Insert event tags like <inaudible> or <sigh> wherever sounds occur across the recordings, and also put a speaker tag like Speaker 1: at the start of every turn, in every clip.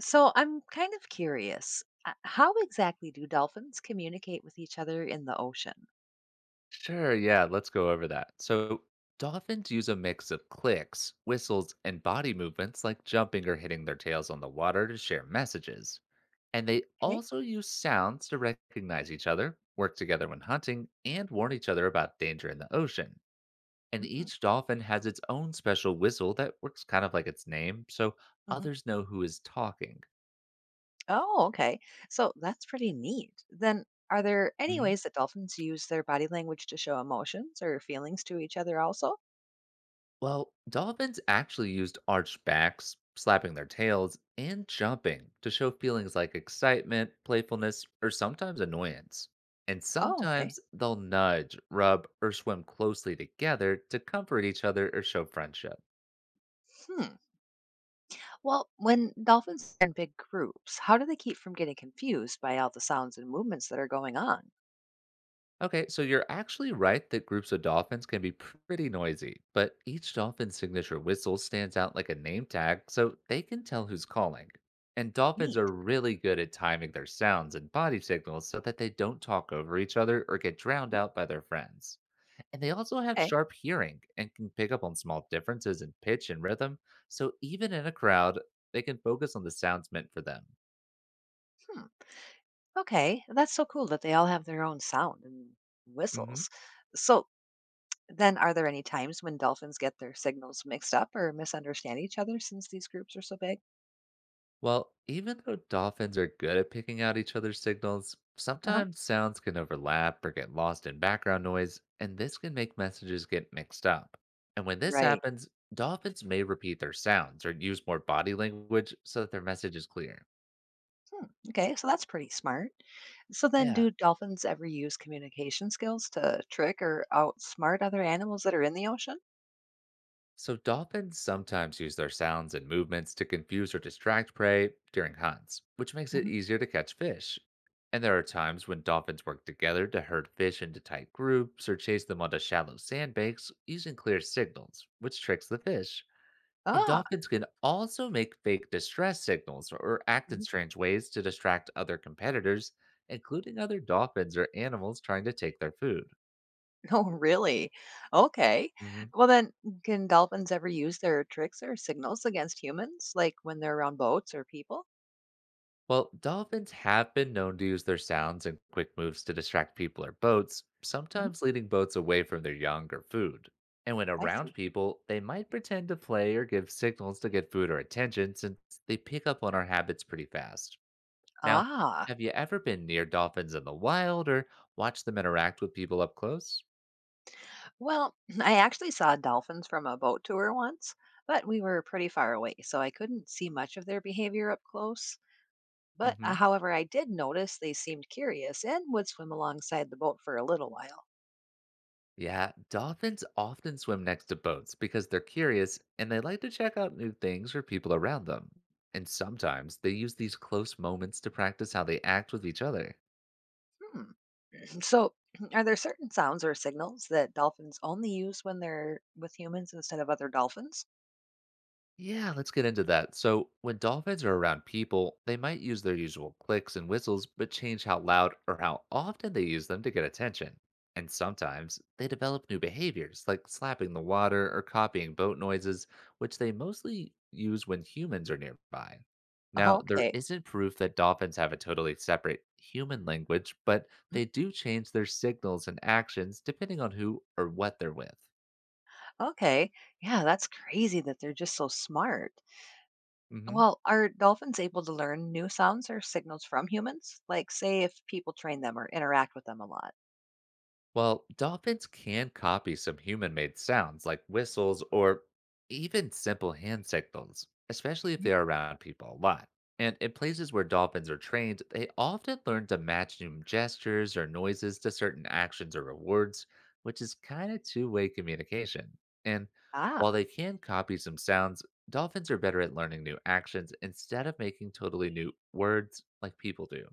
Speaker 1: So I'm kind of curious. How exactly do dolphins communicate with each other in the ocean?
Speaker 2: Sure, yeah, let's go over that. So, dolphins use a mix of clicks, whistles, and body movements like jumping or hitting their tails on the water to share messages. And they
Speaker 1: Okay.
Speaker 2: also use sounds to recognize each other, work together when hunting, and warn each other about danger in the ocean. And each dolphin has its own special whistle that works kind of like its name, so
Speaker 1: Mm-hmm.
Speaker 2: others know who is talking.
Speaker 1: Oh, okay. So that's pretty neat. Then, are there any
Speaker 2: Mm-hmm.
Speaker 1: ways that dolphins use their body language to show emotions or feelings to each other also?
Speaker 2: Well, dolphins actually used arched backs, slapping their tails, and jumping to show feelings like excitement, playfulness, or sometimes annoyance. And
Speaker 1: Oh, okay.
Speaker 2: sometimes they'll nudge, rub, or swim closely together to comfort each other or show friendship.
Speaker 1: Hmm. Well, when dolphins are in big groups, how do they keep from getting confused by all the sounds and movements that are going on?
Speaker 2: Okay, so you're actually right that groups of dolphins can be pretty noisy, but each dolphin's signature whistle stands out like a name tag, so they can tell who's calling. And dolphins are
Speaker 1: Neat.
Speaker 2: really good at timing their sounds and body signals so that they don't talk over each other or get drowned
Speaker 1: Mhm.
Speaker 2: out by their friends. And they also have
Speaker 1: Okay.
Speaker 2: sharp hearing and can pick up on small differences in pitch and rhythm, so even in a crowd, they can focus on the sounds meant for them.
Speaker 1: Hmm. Okay. That's so cool that they all have their own sound and
Speaker 2: Hmm.
Speaker 1: whistles. So, then, are there any times when dolphins get their signals mixed up or misunderstand each other since these groups are so big?
Speaker 2: Well, even though dolphins are good at picking out each other's signals,
Speaker 1: Uh-huh.
Speaker 2: sometimes sounds can overlap or get lost in background noise, and this can make messages get mixed up. And when this
Speaker 1: Right.
Speaker 2: happens, dolphins may repeat their sounds or use more body language so that their message is clear.
Speaker 1: Hmm. Okay, so that's pretty smart. So, then
Speaker 2: Yeah,
Speaker 1: do dolphins ever use communication skills to trick or outsmart other animals that are in the ocean?
Speaker 2: so, dolphins sometimes use their sounds and movements to confuse or distract prey during hunts, which makes it
Speaker 1: Hmm.
Speaker 2: easier to catch fish. And there are times when dolphins work together to herd fish into tight groups or chase them onto shallow sandbanks using clear signals, which tricks the fish. And
Speaker 1: Ah,
Speaker 2: dolphins can also make fake distress signals or act in
Speaker 1: mhm.
Speaker 2: strange ways to distract other competitors, including other dolphins or animals trying to take their food.
Speaker 1: <laughs> Oh, really? Okay. Well, then, can dolphins ever use their tricks or signals against humans, like when they're around boats or people?
Speaker 2: Well, dolphins have been known to use their sounds and quick moves to distract people or boats,
Speaker 1: Hmm.
Speaker 2: sometimes leading boats away from their young or food. And when
Speaker 1: I
Speaker 2: around
Speaker 1: see.
Speaker 2: people, they might pretend to play or give signals to get food or attention since they pick up on our habits pretty fast. Now,
Speaker 1: Ah,
Speaker 2: have you ever been near dolphins in the wild or watched them interact with people up close?
Speaker 1: well, <clears throat> <laughs> I actually saw dolphins from a boat tour once, but we were pretty far away, so I couldn't see much of their behavior up close. But
Speaker 2: Mm-hmm.
Speaker 1: however, I did notice they seemed curious and would swim alongside the boat for a little while.
Speaker 2: Yeah, dolphins often swim next to boats because they're curious and they like to check out new things or people around them. And sometimes they use these close moments to practice how they act with each other.
Speaker 1: Hmm. <clears throat> So, <clears throat> are there certain sounds or signals that dolphins only use when they're with humans instead of other dolphins?
Speaker 2: Yeah, let's get into that. So, when dolphins are around people, they might use their usual clicks and whistles, but change how loud or how often they use them to get attention. And sometimes they develop new behaviors, like slapping the water or copying boat noises, which they mostly use when humans are nearby.
Speaker 1: <laughs>
Speaker 2: Now,
Speaker 1: Oh,
Speaker 2: there
Speaker 1: okay.
Speaker 2: isn't proof that dolphins have a totally separate human language, but
Speaker 1: Mm,
Speaker 2: they do change their signals and actions depending on who or what they're with.
Speaker 1: okay. Yeah, that's crazy that they're just so smart.
Speaker 2: Mm-hmm.
Speaker 1: Well, are dolphins able to learn new sounds or signals from humans? Like, say, if people train them or interact with them a lot?
Speaker 2: Well, dolphins can copy some human made sounds like whistles or even simple hand signals, especially if
Speaker 1: Mhm.
Speaker 2: they are around people a lot. And in places where dolphins are trained, they often learn to match new gestures or noises to certain actions or rewards, which is kind of two-way communication. And
Speaker 1: Ah,
Speaker 2: while they can copy some sounds, dolphins are better at learning new actions instead of making totally new words like people do.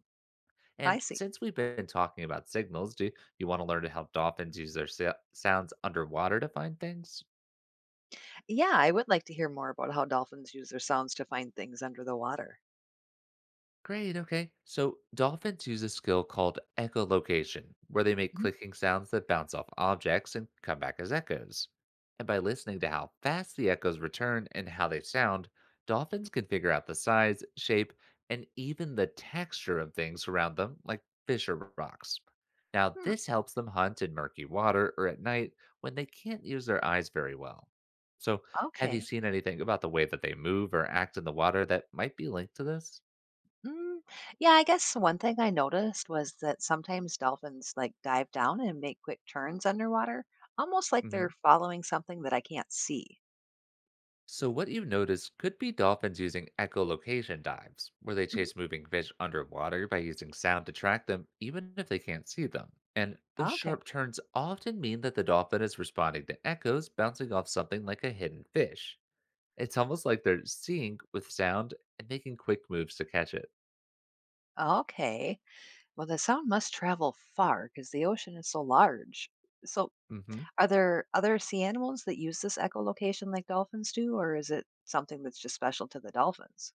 Speaker 1: I
Speaker 2: And
Speaker 1: see.
Speaker 2: since we've been talking about signals, do you want to learn how dolphins use their sounds underwater to find things?
Speaker 1: Yeah, I would like to hear more about how dolphins use their sounds to find things under the water.
Speaker 2: Great, okay. So dolphins use a skill called echolocation, where they make
Speaker 1: Mhm.
Speaker 2: clicking sounds that bounce off objects and come back as echoes. And by listening to how fast the echoes return and how they sound, dolphins can figure out the size, shape, and even the texture of things around them, like fish or rocks. Now,
Speaker 1: Hmm,
Speaker 2: this helps them hunt in murky water or at night when they can't use their eyes very well. So, have you
Speaker 1: okay.
Speaker 2: seen anything about the way that they move or act in the water that might be linked to this?
Speaker 1: Mm, yeah, I guess one thing I noticed was that sometimes dolphins like dive down and make quick turns underwater, almost like they're
Speaker 2: Hmm.
Speaker 1: following something that I can't see.
Speaker 2: So, what you notice could be dolphins using echolocation dives, where they
Speaker 1: Mhm.
Speaker 2: chase moving fish underwater by using sound to track them, even if they can't see them. And those
Speaker 1: Okay.
Speaker 2: sharp turns often mean that the dolphin is responding to echoes bouncing off something like a hidden fish. It's almost like they're seeing with sound and making quick moves to catch it.
Speaker 1: Okay. Well, the sound must travel far because the ocean is so large. So,
Speaker 2: Hmm.
Speaker 1: are there other sea animals that use this echolocation like dolphins do, or is it something that's just special to the dolphins?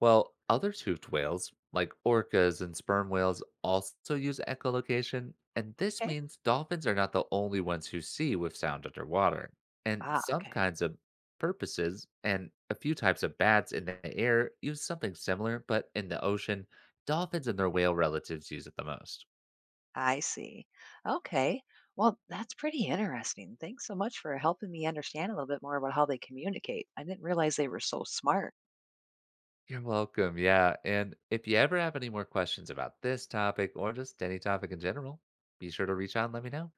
Speaker 2: Well, other toothed whales, like orcas and sperm whales, also use echolocation, and this
Speaker 1: Okay.
Speaker 2: means dolphins are not the only ones who see with sound underwater. And
Speaker 1: Ah,
Speaker 2: some
Speaker 1: okay.
Speaker 2: kinds of purposes and a few types of bats in the air use something similar, but in the ocean, dolphins and their whale relatives use it the most.
Speaker 1: I see. Okay. Well, that's pretty interesting. Thanks so much for helping me understand a little bit more about how they communicate. I didn't realize they were so smart.
Speaker 2: You're welcome. Yeah. And if you ever have any more questions about this topic or just any topic in general, be sure to reach out and let me know.